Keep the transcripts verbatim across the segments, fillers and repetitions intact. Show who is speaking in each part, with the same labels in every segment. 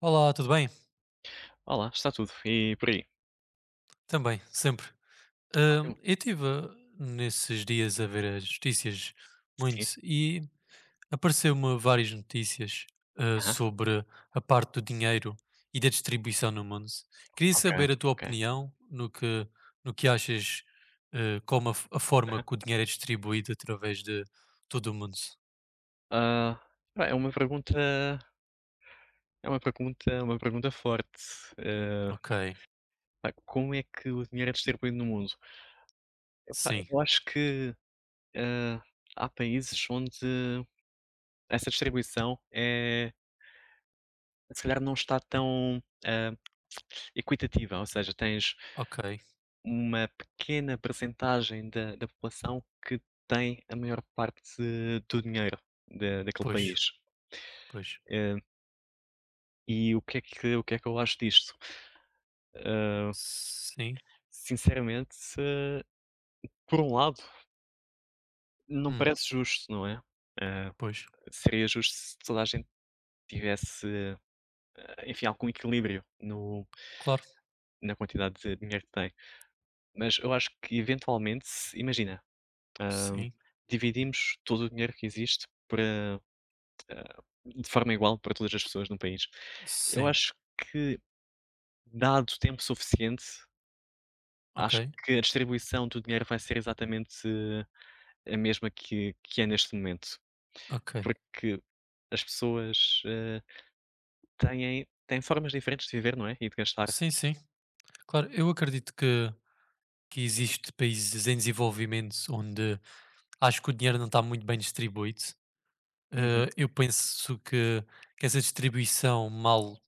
Speaker 1: Olá, tudo bem?
Speaker 2: Olá, está tudo. E por aí?
Speaker 1: Também, sempre. Hum,
Speaker 2: Ótimo.
Speaker 1: eu estive nesses dias a ver as notícias muito
Speaker 2: Sim.
Speaker 1: e apareceu-me várias notícias ah,
Speaker 2: Aham.
Speaker 1: sobre a parte do dinheiro e da distribuição no mundo. Queria
Speaker 2: Ok,
Speaker 1: saber a tua
Speaker 2: ok.
Speaker 1: opinião no que, no que achas, ah, como a, f- a forma
Speaker 2: Aham.
Speaker 1: que o dinheiro é distribuído através de todo o mundo.
Speaker 2: Ah, pá, é uma pergunta é uma pergunta é uma pergunta forte. Eh,
Speaker 1: Ok,
Speaker 2: Pá, como é que o dinheiro é distribuído no mundo? Epá,
Speaker 1: sim,
Speaker 2: eu acho que, eh, há países onde essa distribuição é se calhar não está tão, ah, equitativa, ou seja, tens
Speaker 1: ok,
Speaker 2: uma pequena percentagem da da população que tem a maior parte do dinheiro da daquele
Speaker 1: pois,
Speaker 2: país.
Speaker 1: pois,
Speaker 2: Eh E o que é que o que é que eu acho disto? Ah,
Speaker 1: sim,
Speaker 2: sinceramente, eh, por um lado, não
Speaker 1: hum,
Speaker 2: parece justo, não é? Ah,
Speaker 1: pois,
Speaker 2: seria justo se toda a gente tivesse, ah, enfim, algum equilíbrio no
Speaker 1: claro,
Speaker 2: na quantidade de dinheiro que tem. Mas eu acho que eventualmente se imagina, ah,
Speaker 1: sim,
Speaker 2: dividimos todo o dinheiro que existe para, ah, de forma igual para todas as pessoas no país. Eu
Speaker 1: sim,
Speaker 2: acho que, dado tempo suficiente,
Speaker 1: ok.
Speaker 2: acho que a distribuição do dinheiro vai ser exatamente a mesma que que é neste momento,
Speaker 1: Ok.
Speaker 2: porque as pessoas, eh, têm têm formas diferentes de viver, não é, e de gastar.
Speaker 1: Sim, sim. Claro, eu acredito que, que existe países em desenvolvimento onde acho que o dinheiro não está muito bem distribuído.
Speaker 2: Uhum.
Speaker 1: Eh, eu penso que, que essa distribuição mal,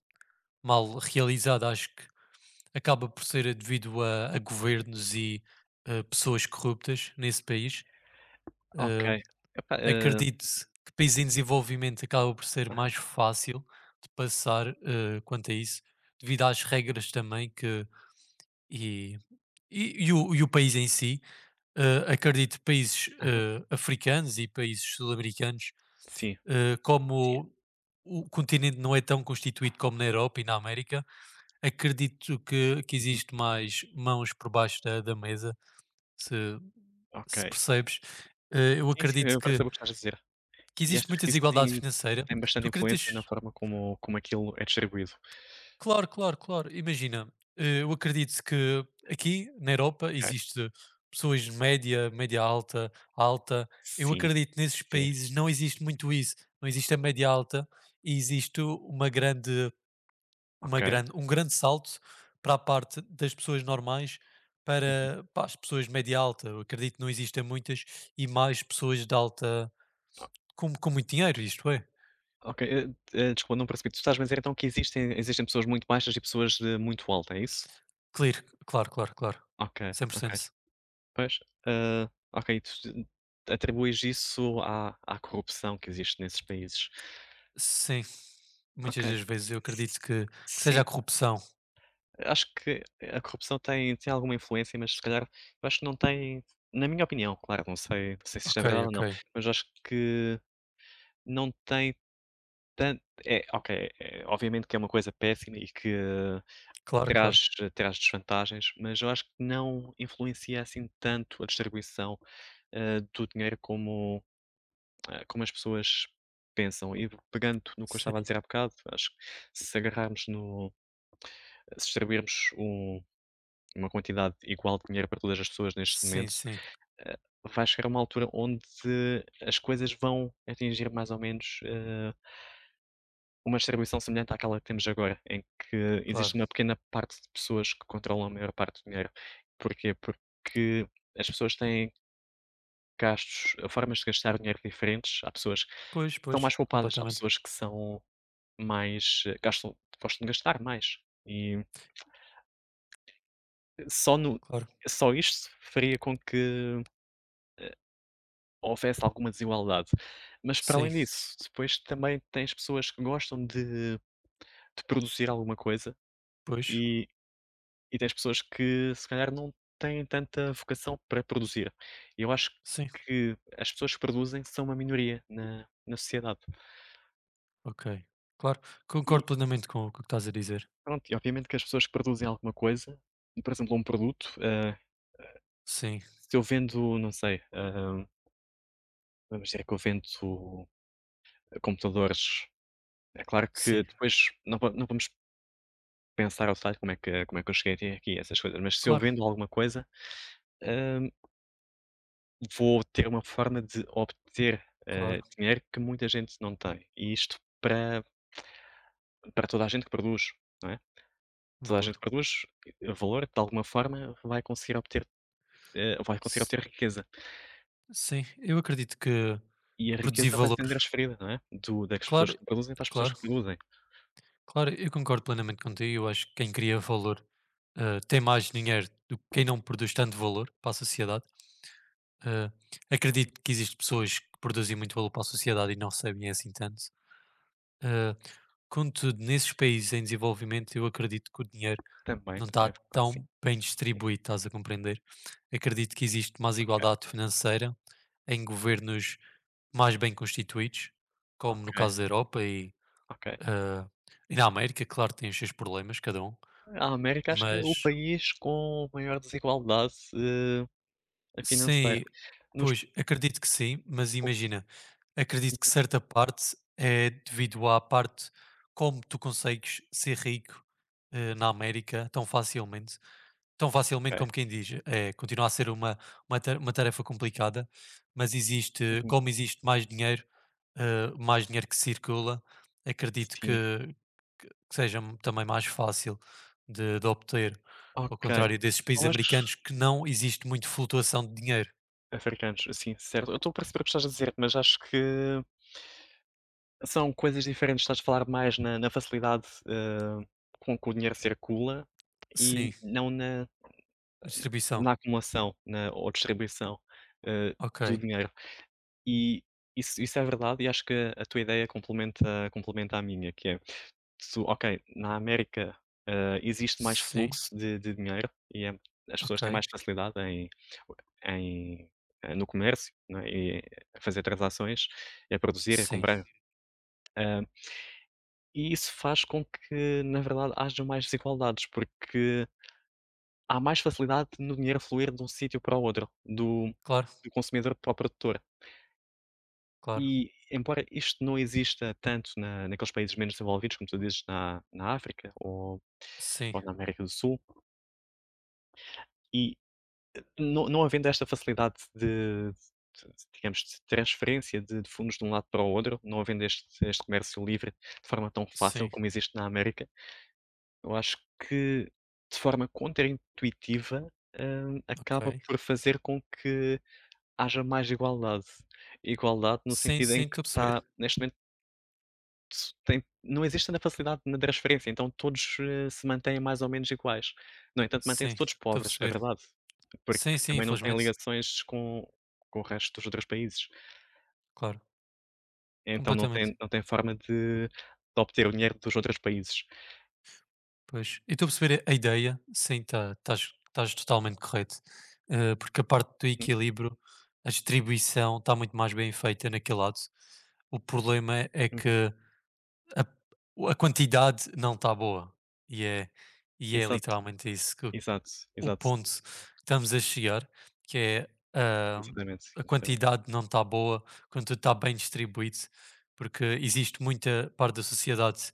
Speaker 1: mal realizada, acho que acaba por ser devido a, a governos e eh, pessoas corruptas nesse país.
Speaker 2: Ok.
Speaker 1: Eh,
Speaker 2: Epá, hã,
Speaker 1: Acredito que países em desenvolvimento acaba por ser
Speaker 2: aham,
Speaker 1: mais fácil de passar, eh, quanto a isso, devido às regras também. E e e o e o país em si, hã, acredito países,
Speaker 2: aham.
Speaker 1: hã, africanos e países sul-americanos,
Speaker 2: Sim,
Speaker 1: hã,
Speaker 2: sim.
Speaker 1: como o continente não é tão constituído como na Europa e na América, acredito que que
Speaker 2: Uhum.
Speaker 1: existe mais mãos por baixo da da mesa, se
Speaker 2: Ok.
Speaker 1: se percebes. Hã, eu
Speaker 2: Sim, sim,
Speaker 1: acredito
Speaker 2: eu
Speaker 1: que
Speaker 2: percebo o que estás a dizer.
Speaker 1: que
Speaker 2: E
Speaker 1: existe
Speaker 2: achas
Speaker 1: muita
Speaker 2: que isso
Speaker 1: desigualdade
Speaker 2: tem
Speaker 1: financeira.
Speaker 2: tem
Speaker 1: Tu
Speaker 2: bastante influência na
Speaker 1: acreditas
Speaker 2: forma como como aquilo é distribuído?
Speaker 1: Claro, claro, claro. Imagina, eh, eu acredito que aqui na Europa
Speaker 2: Ok.
Speaker 1: existe pessoas de média, média alta, alta. Eu
Speaker 2: Sim,
Speaker 1: acredito que nesses
Speaker 2: sim.
Speaker 1: países não existe muito isso. Não existe a média alta e existe uma grande, uma
Speaker 2: Ok.
Speaker 1: grande, um grande salto para a parte das pessoas normais,
Speaker 2: Uhum.
Speaker 1: para, para as pessoas de média alta. Eu acredito que não existem muitas, e mais pessoas de alta com, com muito dinheiro, isto é.
Speaker 2: Ok, eh, eh, desculpa, não percebi. Tu estás a dizer então que existem existem pessoas muito baixas e pessoas de muito alta, é isso?
Speaker 1: Claro, claro, claro, claro.
Speaker 2: Ok,
Speaker 1: cem por
Speaker 2: ok.
Speaker 1: cento
Speaker 2: Pois, hã, ok, tu atribuis isso à à corrupção que existe nesses países.
Speaker 1: Sim.
Speaker 2: Ok.
Speaker 1: Muitas das vezes eu acredito que
Speaker 2: S
Speaker 1: que seja
Speaker 2: sim,
Speaker 1: a corrupção.
Speaker 2: acho que a corrupção tem tem alguma influência, mas se calhar eu acho que não tem na minha opinião, claro, não sei não sei se isto é
Speaker 1: Ok,
Speaker 2: verdade ou
Speaker 1: ok.
Speaker 2: não, mas acho que não tem tanto é, ok, eh, obviamente que é uma coisa péssima e que
Speaker 1: Claro, claro.
Speaker 2: traz traz desvantagens, mas eu acho que não influencia assim tanto a distribuição, hã, do dinheiro como eh, como as pessoas pensam. E pegando no que eu estava a
Speaker 1: Sim.
Speaker 2: dizer há bocado, acho que se agarrarmos no se distribuirmos um uma quantidade igual de dinheiro para todas as pessoas neste
Speaker 1: Sim,
Speaker 2: momento,
Speaker 1: sim,
Speaker 2: eh, vai chegar a uma altura onde as coisas vão atingir mais ou menos, eh, uma distribuição semelhante àquela que temos agora, em que
Speaker 1: claro.
Speaker 2: existe uma pequena parte de pessoas que controlam a maior parte do dinheiro. Porquê? Porque as pessoas têm gastos, formas de gastar dinheiro diferentes. Há pessoas que
Speaker 1: Pois,
Speaker 2: são
Speaker 1: pois,
Speaker 2: mais poupadas, há
Speaker 1: completamente.
Speaker 2: pessoas que são mais eh, gastam gostam de gastar mais. E só no
Speaker 1: Claro.
Speaker 2: só isto faria com que houvesse alguma desigualdade. Mas para
Speaker 1: Sim,
Speaker 2: além disso, depois também tens pessoas que gostam de de produzir alguma coisa
Speaker 1: pois.
Speaker 2: e e tens pessoas que se calhar não têm tanta vocação para produzir. Eu acho
Speaker 1: Sim,
Speaker 2: que as pessoas que produzem são uma minoria na na sociedade.
Speaker 1: ok. Claro, concordo plenamente com o que estás a dizer.
Speaker 2: Pronto, e obviamente que as pessoas que produzem alguma coisa, e por exemplo, um produto, eh,
Speaker 1: Sim,
Speaker 2: se eu vendo, não sei, hã, vamos dizer que eu vendo eh, computadores, é claro que
Speaker 1: sim.
Speaker 2: depois não va não vamos pensar ao detalhe como é que como é que eu cheguei até aqui, essas coisas, mas se eu
Speaker 1: Claro,
Speaker 2: vendo alguma coisa, hã, vou ter uma forma de obter,
Speaker 1: claro.
Speaker 2: eh, dinheiro que muita gente não tem, e isto para para toda a gente que produz, não é? Toda a gente que
Speaker 1: Valor.
Speaker 2: produz eh, valor, de alguma forma vai conseguir obter, eh, vai conseguir
Speaker 1: S
Speaker 2: obter riqueza.
Speaker 1: sim, eu acredito que
Speaker 2: E a
Speaker 1: que produzir
Speaker 2: riqueza vai
Speaker 1: valor.
Speaker 2: sendo transferida, não é? Do das pessoas
Speaker 1: Claro,
Speaker 2: que produzem para as pessoas
Speaker 1: claro,
Speaker 2: que produzem.
Speaker 1: claro, eu concordo plenamente contigo. Eu acho que quem cria valor, hã, tem mais dinheiro do que quem não produz tanto valor para a sociedade. Eh, Acredito que existem pessoas que produzem muito valor para a sociedade e não recebem assim tanto. Eh, Contudo, nesses países em desenvolvimento, eu acredito que o dinheiro
Speaker 2: Também,
Speaker 1: não está
Speaker 2: também é verdade, sim.
Speaker 1: tão bem distribuído, estás a compreender? Acredito que existe mais igualdade financeira em governos mais bem constituídos, como
Speaker 2: Ok,
Speaker 1: no caso da Europa e,
Speaker 2: ok.
Speaker 1: eh, e na América, claro, tem os seus problemas, cada um,
Speaker 2: A América acho que é o
Speaker 1: mas.
Speaker 2: país com maior desigualdade, eh, financeira.
Speaker 1: Sim,
Speaker 2: Nos
Speaker 1: pois acredito que sim, mas imagina, acredito que certa parte é devido à parte como tu consegues ser rico, eh, na América tão facilmente, tão facilmente
Speaker 2: Ok.
Speaker 1: como quem diz, é, continua a ser uma, uma, ta- uma tarefa complicada, mas existe,
Speaker 2: Uhum.
Speaker 1: como existe mais dinheiro, eh, mais dinheiro que circula, acredito que,
Speaker 2: Sim.
Speaker 1: que que seja também mais fácil de, de obter. Ao
Speaker 2: Ok.
Speaker 1: contrário desses países
Speaker 2: Eu acho
Speaker 1: americanos, que não existe muito flutuação de dinheiro.
Speaker 2: africanos, sim, certo. Eu estou a perceber o que estás a dizer, mas acho que são coisas diferentes. Estás a falar mais na na facilidade, eh, com que o dinheiro circula e
Speaker 1: Sim,
Speaker 2: não na
Speaker 1: distribuição.
Speaker 2: na acumulação, na ou distribuição, eh,
Speaker 1: Ok.
Speaker 2: do dinheiro. E isso isso é verdade e acho que a tua ideia complementa complementa a minha, que é, tu ok, na América, hã, existe mais
Speaker 1: Sim,
Speaker 2: fluxo de de dinheiro e é as
Speaker 1: ok.
Speaker 2: pessoas têm mais facilidade em em eh, no comércio, não é, e a fazer transações, e a produzir, e a
Speaker 1: Sim,
Speaker 2: comprar. Hã, e isso faz com que, na verdade, haja mais desigualdades, porque há mais facilidade no dinheiro fluir de um sítio para o outro, do
Speaker 1: claro,
Speaker 2: do consumidor para o produtor.
Speaker 1: claro.
Speaker 2: E, embora isto não exista tanto na naqueles países menos desenvolvidos, como tu dizes, na na África ou
Speaker 1: Sim,
Speaker 2: ou na América do Sul, e não não havendo esta facilidade de de digamos, de transferência de de fundos de um lado para o outro, não havendo este este comércio livre de forma tão fácil
Speaker 1: sim,
Speaker 2: como existe na América, eu acho que, de forma contraintuitiva, hã,
Speaker 1: ok.
Speaker 2: acaba por fazer com que haja mais igualdade. Igualdade no
Speaker 1: Sim,
Speaker 2: sentido
Speaker 1: sim,
Speaker 2: em que
Speaker 1: estou a perceber.
Speaker 2: está neste momento s tem não existe na facilidade na transferência, então todos, eh, se mantêm mais ou menos iguais. No entanto,
Speaker 1: Sim,
Speaker 2: mantêm-se todos
Speaker 1: estou a
Speaker 2: pobres, é
Speaker 1: perceber.
Speaker 2: verdade, porque
Speaker 1: Sim, sim,
Speaker 2: também não têm
Speaker 1: infelizmente.
Speaker 2: ligações com com o resto dos outros países,
Speaker 1: Claro,
Speaker 2: então não tem
Speaker 1: completamente.
Speaker 2: não tem forma de de obter o dinheiro dos outros países.
Speaker 1: Pois. E estou a perceber a a ideia. Sim, tá, estás estás totalmente correto. Eh, porque a parte do
Speaker 2: Uhum,
Speaker 1: equilíbrio, a distribuição está muito mais bem feita naquele lado. O problema é
Speaker 2: uhum.
Speaker 1: que a, a quantidade não está boa. E é, e é
Speaker 2: Exato,
Speaker 1: literalmente isso, que
Speaker 2: exato,
Speaker 1: o
Speaker 2: exato,
Speaker 1: ponto que estamos a chegar, que é, ah,
Speaker 2: exatamente,
Speaker 1: a
Speaker 2: exatamente.
Speaker 1: quantidade não está boa quando tudo está bem distribuído, porque existe muita parte da sociedade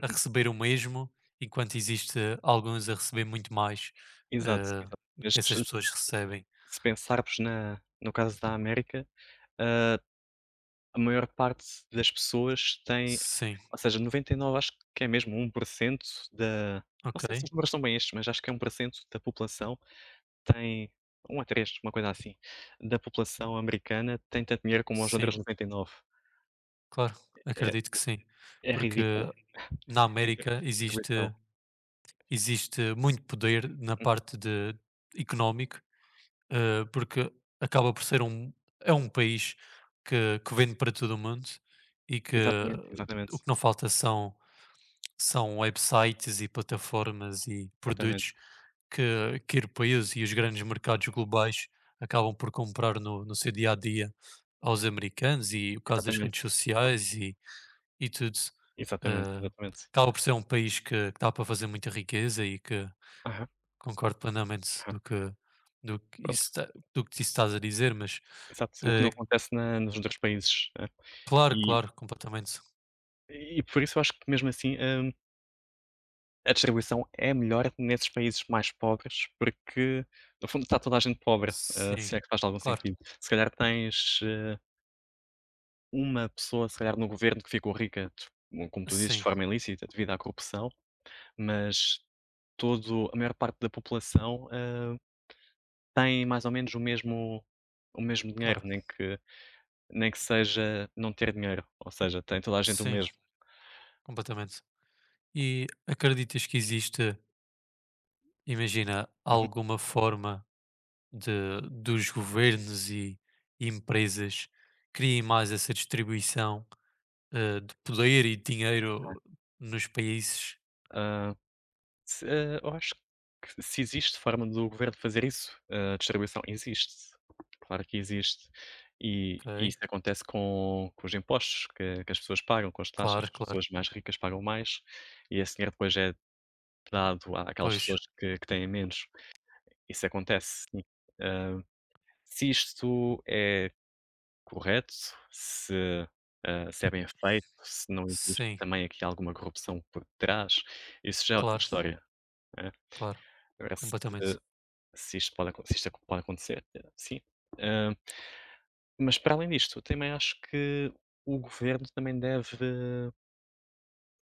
Speaker 1: a
Speaker 2: Uhum.
Speaker 1: receber o mesmo, enquanto existe alguns a receber muito mais,
Speaker 2: Exato,
Speaker 1: ah,
Speaker 2: exato.
Speaker 1: do
Speaker 2: Mas
Speaker 1: que
Speaker 2: se
Speaker 1: essas pessoas recebem.
Speaker 2: se pensarmos na no caso da América, hã, a maior parte das pessoas tem.
Speaker 1: Sim,
Speaker 2: Ou seja, noventa e nove acho que é mesmo um por cento da não
Speaker 1: ok,
Speaker 2: sei se os números são bem estes, mas acho que é um por cento da população tem um a três uma coisa assim, da população americana tem tanto dinheiro como os
Speaker 1: sim,
Speaker 2: outros noventa e nove.
Speaker 1: claro,
Speaker 2: É
Speaker 1: acredito que sim,
Speaker 2: é
Speaker 1: porque
Speaker 2: ridículo
Speaker 1: na
Speaker 2: em
Speaker 1: América
Speaker 2: termos de distribuição.
Speaker 1: existe. Existe muito poder na parte de económico, eh, porque acaba por ser um é um país que que vende para todo o mundo, e que
Speaker 2: Exatamente,
Speaker 1: o
Speaker 2: exatamente,
Speaker 1: que não falta são são websites e plataformas e
Speaker 2: exatamente,
Speaker 1: produtos que que europeus e os grandes mercados globais acabam por comprar no no seu dia a dia aos americanos, e o caso das
Speaker 2: exatamente,
Speaker 1: redes sociais e e tudo.
Speaker 2: exatamente,
Speaker 1: Eh,
Speaker 2: exatamente.
Speaker 1: Acaba por ser um país que que dá para fazer muita riqueza e que
Speaker 2: Aham,
Speaker 1: Concordo plenamente
Speaker 2: aham,
Speaker 1: do que do que isso
Speaker 2: pronto,
Speaker 1: está do que isso estás a dizer, mas,
Speaker 2: exato, o que
Speaker 1: eh,
Speaker 2: não acontece na nos outros países, hã.
Speaker 1: claro,
Speaker 2: E
Speaker 1: claro, completamente.
Speaker 2: e por isso eu acho que mesmo assim, hum, a distribuição é melhor nesses países mais pobres, porque no fundo está toda a gente pobre, eh,
Speaker 1: Sim,
Speaker 2: se é que faz algum
Speaker 1: claro.
Speaker 2: sentido. Se calhar tens, eh, uma pessoa, se calhar, no governo que ficou rica, de como tu dizes, de
Speaker 1: Sim,
Speaker 2: forma ilícita, devido à corrupção, mas todo a maior parte da população, eh, tem mais ou menos o mesmo o mesmo dinheiro,
Speaker 1: claro.
Speaker 2: nem que nem que seja não ter dinheiro, ou seja, tem toda a gente o
Speaker 1: Sim,
Speaker 2: mesmo.
Speaker 1: completamente. E acreditas que existe, imagina,
Speaker 2: Uhum.
Speaker 1: alguma forma de dos governos e empresas criem mais essa distribuição, eh, de poder e dinheiro nos países?
Speaker 2: Se, eh, Eu acho que se existe forma do governo fazer isso, a distribuição existe. Claro que existe. E e
Speaker 1: Ok,
Speaker 2: isso acontece com com os impostos que que as pessoas pagam, com as taxas,
Speaker 1: claro,
Speaker 2: as
Speaker 1: claro.
Speaker 2: pessoas mais ricas pagam mais e esse dinheiro depois é dado à- àquelas
Speaker 1: Pois,
Speaker 2: pessoas que que têm menos. Isso acontece, sim. Hã, se isto é correto, se, hã, se é bem feito, se não existe
Speaker 1: sim,
Speaker 2: também aqui alguma corrupção por trás, isso já é outra
Speaker 1: claro,
Speaker 2: história, né.
Speaker 1: claro.
Speaker 2: Agora se
Speaker 1: Completamente.
Speaker 2: Se isto pode acon se isto pode acontecer, eh, sim. Hã, mas para além disto, também acho que o governo também deve,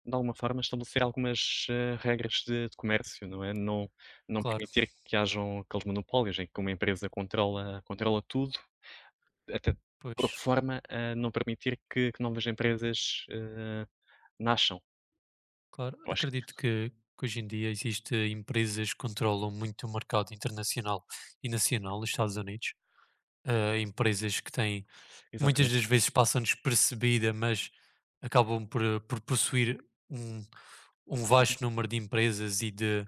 Speaker 2: de alguma forma, estabelecer algumas, hã, regras de de comércio, não é? Não não
Speaker 1: Claro,
Speaker 2: permitir que hajam aqueles monopólios em que uma empresa controla controla tudo, até por
Speaker 1: pois,
Speaker 2: forma a não permitir que que novas empresas, hã, nasçam.
Speaker 1: claro.
Speaker 2: Eu acho que
Speaker 1: Acredito
Speaker 2: isto.
Speaker 1: que, que hoje em dia existem empresas que controlam muito o mercado internacional e nacional dos Estados Unidos. Ah, empresas que têm, que muitas
Speaker 2: Exatamente.
Speaker 1: das vezes passam despercebida, mas acabam por, eh, por possuir um, um
Speaker 2: Uhum,
Speaker 1: vasto número de empresas e de,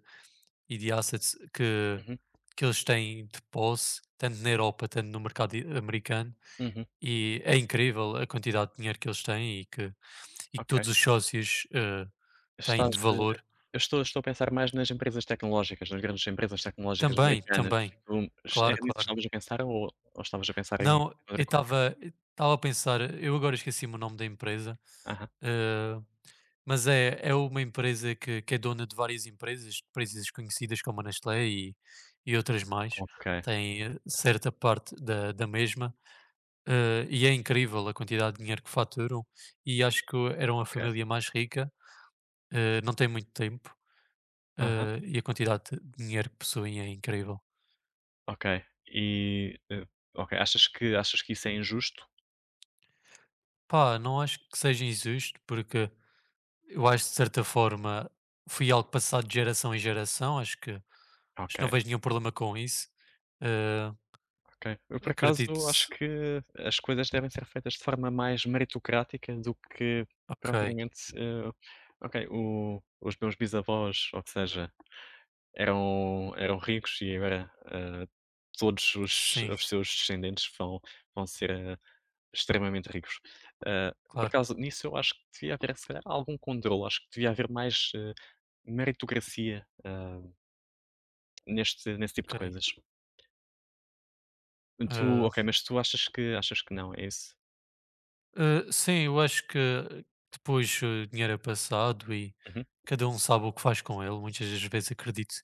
Speaker 1: e de assets que,
Speaker 2: uhum,
Speaker 1: que eles têm de posse, tanto na Europa, tanto no mercado i- americano.
Speaker 2: uhum,
Speaker 1: E é incrível a quantidade de dinheiro que eles têm e que e que
Speaker 2: ok.
Speaker 1: todos os sócios, eh, têm
Speaker 2: Estás,
Speaker 1: de
Speaker 2: eh,
Speaker 1: valor.
Speaker 2: eu estou estou a pensar mais nas empresas tecnológicas, nas grandes empresas tecnológicas
Speaker 1: Também,
Speaker 2: americanas.
Speaker 1: também.
Speaker 2: Tu es
Speaker 1: Claro,
Speaker 2: era nisso que
Speaker 1: claro.
Speaker 2: estavas a pensar ou ou estavas a pensar em
Speaker 1: Não, eu
Speaker 2: outra coisa?
Speaker 1: estava estava a pensar, eu agora esqueci-me o nome da empresa,
Speaker 2: Aham.
Speaker 1: eh, mas é é uma empresa que que é dona de várias empresas, empresas conhecidas como a Nestlé e e outras mais,
Speaker 2: Ok,
Speaker 1: tem, eh, certa parte da da mesma, eh, e é incrível a quantidade de dinheiro que faturam, e acho que eram a
Speaker 2: ok.
Speaker 1: família mais rica, eh, não tem muito tempo,
Speaker 2: Aham,
Speaker 1: eh, e a quantidade de dinheiro que possuem é incrível.
Speaker 2: ok. E, eh, ok, achas que achas que isso é injusto?
Speaker 1: Pá, não acho que seja injusto, porque eu acho que de certa forma foi algo passado de geração em geração, acho que, acho
Speaker 2: Ok,
Speaker 1: que não vejo nenhum problema com isso. Eh,
Speaker 2: ok. Eu, por
Speaker 1: Acredito,
Speaker 2: acaso, acho que as coisas devem ser feitas de forma mais meritocrática do que
Speaker 1: ok,
Speaker 2: propriamente, eh, ok, o os meus bisavós, ou que seja eram eram ricos e agora, ah, todos os
Speaker 1: sim,
Speaker 2: os seus descendentes vão vão ser, ah, extremamente ricos. Ah, por
Speaker 1: claro,
Speaker 2: causa nisso eu acho que devia haver se calhar algum controle, acho que devia haver mais, ah, meritocracia, ah, neste nesse tipo de
Speaker 1: ok.
Speaker 2: coisas. Tu
Speaker 1: Eh,
Speaker 2: ok, mas tu achas que achas que não, é isso?
Speaker 1: eh, sim, eu acho que depois, eh, o dinheiro é passado e
Speaker 2: Uhum,
Speaker 1: cada um sabe o que faz com ele, muitas das vezes acredito.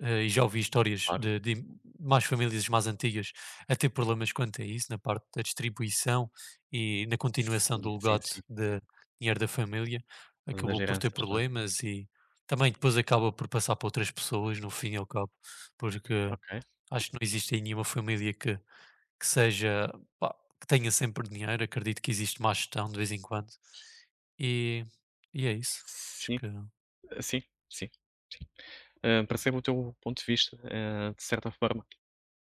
Speaker 1: Eh, e já ouvi histórias
Speaker 2: claro.
Speaker 1: de, de mais famílias mais antigas a ter problemas quanto a isso, na parte da distribuição e na continuação
Speaker 2: Sim,
Speaker 1: do
Speaker 2: sim,
Speaker 1: legado
Speaker 2: sim.
Speaker 1: de dinheiro da família,
Speaker 2: Das
Speaker 1: acabou por ter
Speaker 2: heranças, não é?
Speaker 1: problemas e também depois acaba por passar para outras pessoas, no fim e ao cabo, porque
Speaker 2: Ok.
Speaker 1: acho que não existe aí nenhuma família que, que seja, pá, que tenha sempre dinheiro, acredito que existe má gestão de vez em quando, e, e é isso. Acho
Speaker 2: Sim,
Speaker 1: que.
Speaker 2: ah, sim, sim. Ah, percebo o teu ponto de vista, ah, de certa forma.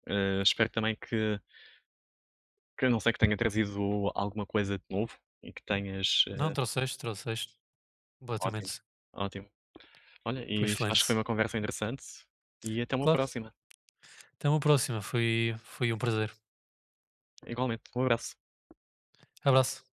Speaker 2: Ah, espero também que Que a não sei que tenha trazido alguma coisa de novo e que tenhas,
Speaker 1: Não,
Speaker 2: eh
Speaker 1: trouxeste, trouxeste,
Speaker 2: ótimo,
Speaker 1: completamente.
Speaker 2: ótimo. Olha,
Speaker 1: Foi
Speaker 2: e acho que
Speaker 1: excelente.
Speaker 2: foi uma conversa interessante e até uma
Speaker 1: Claro,
Speaker 2: próxima.
Speaker 1: até uma próxima, foi foi um prazer.
Speaker 2: Igualmente, um abraço.
Speaker 1: Abraço.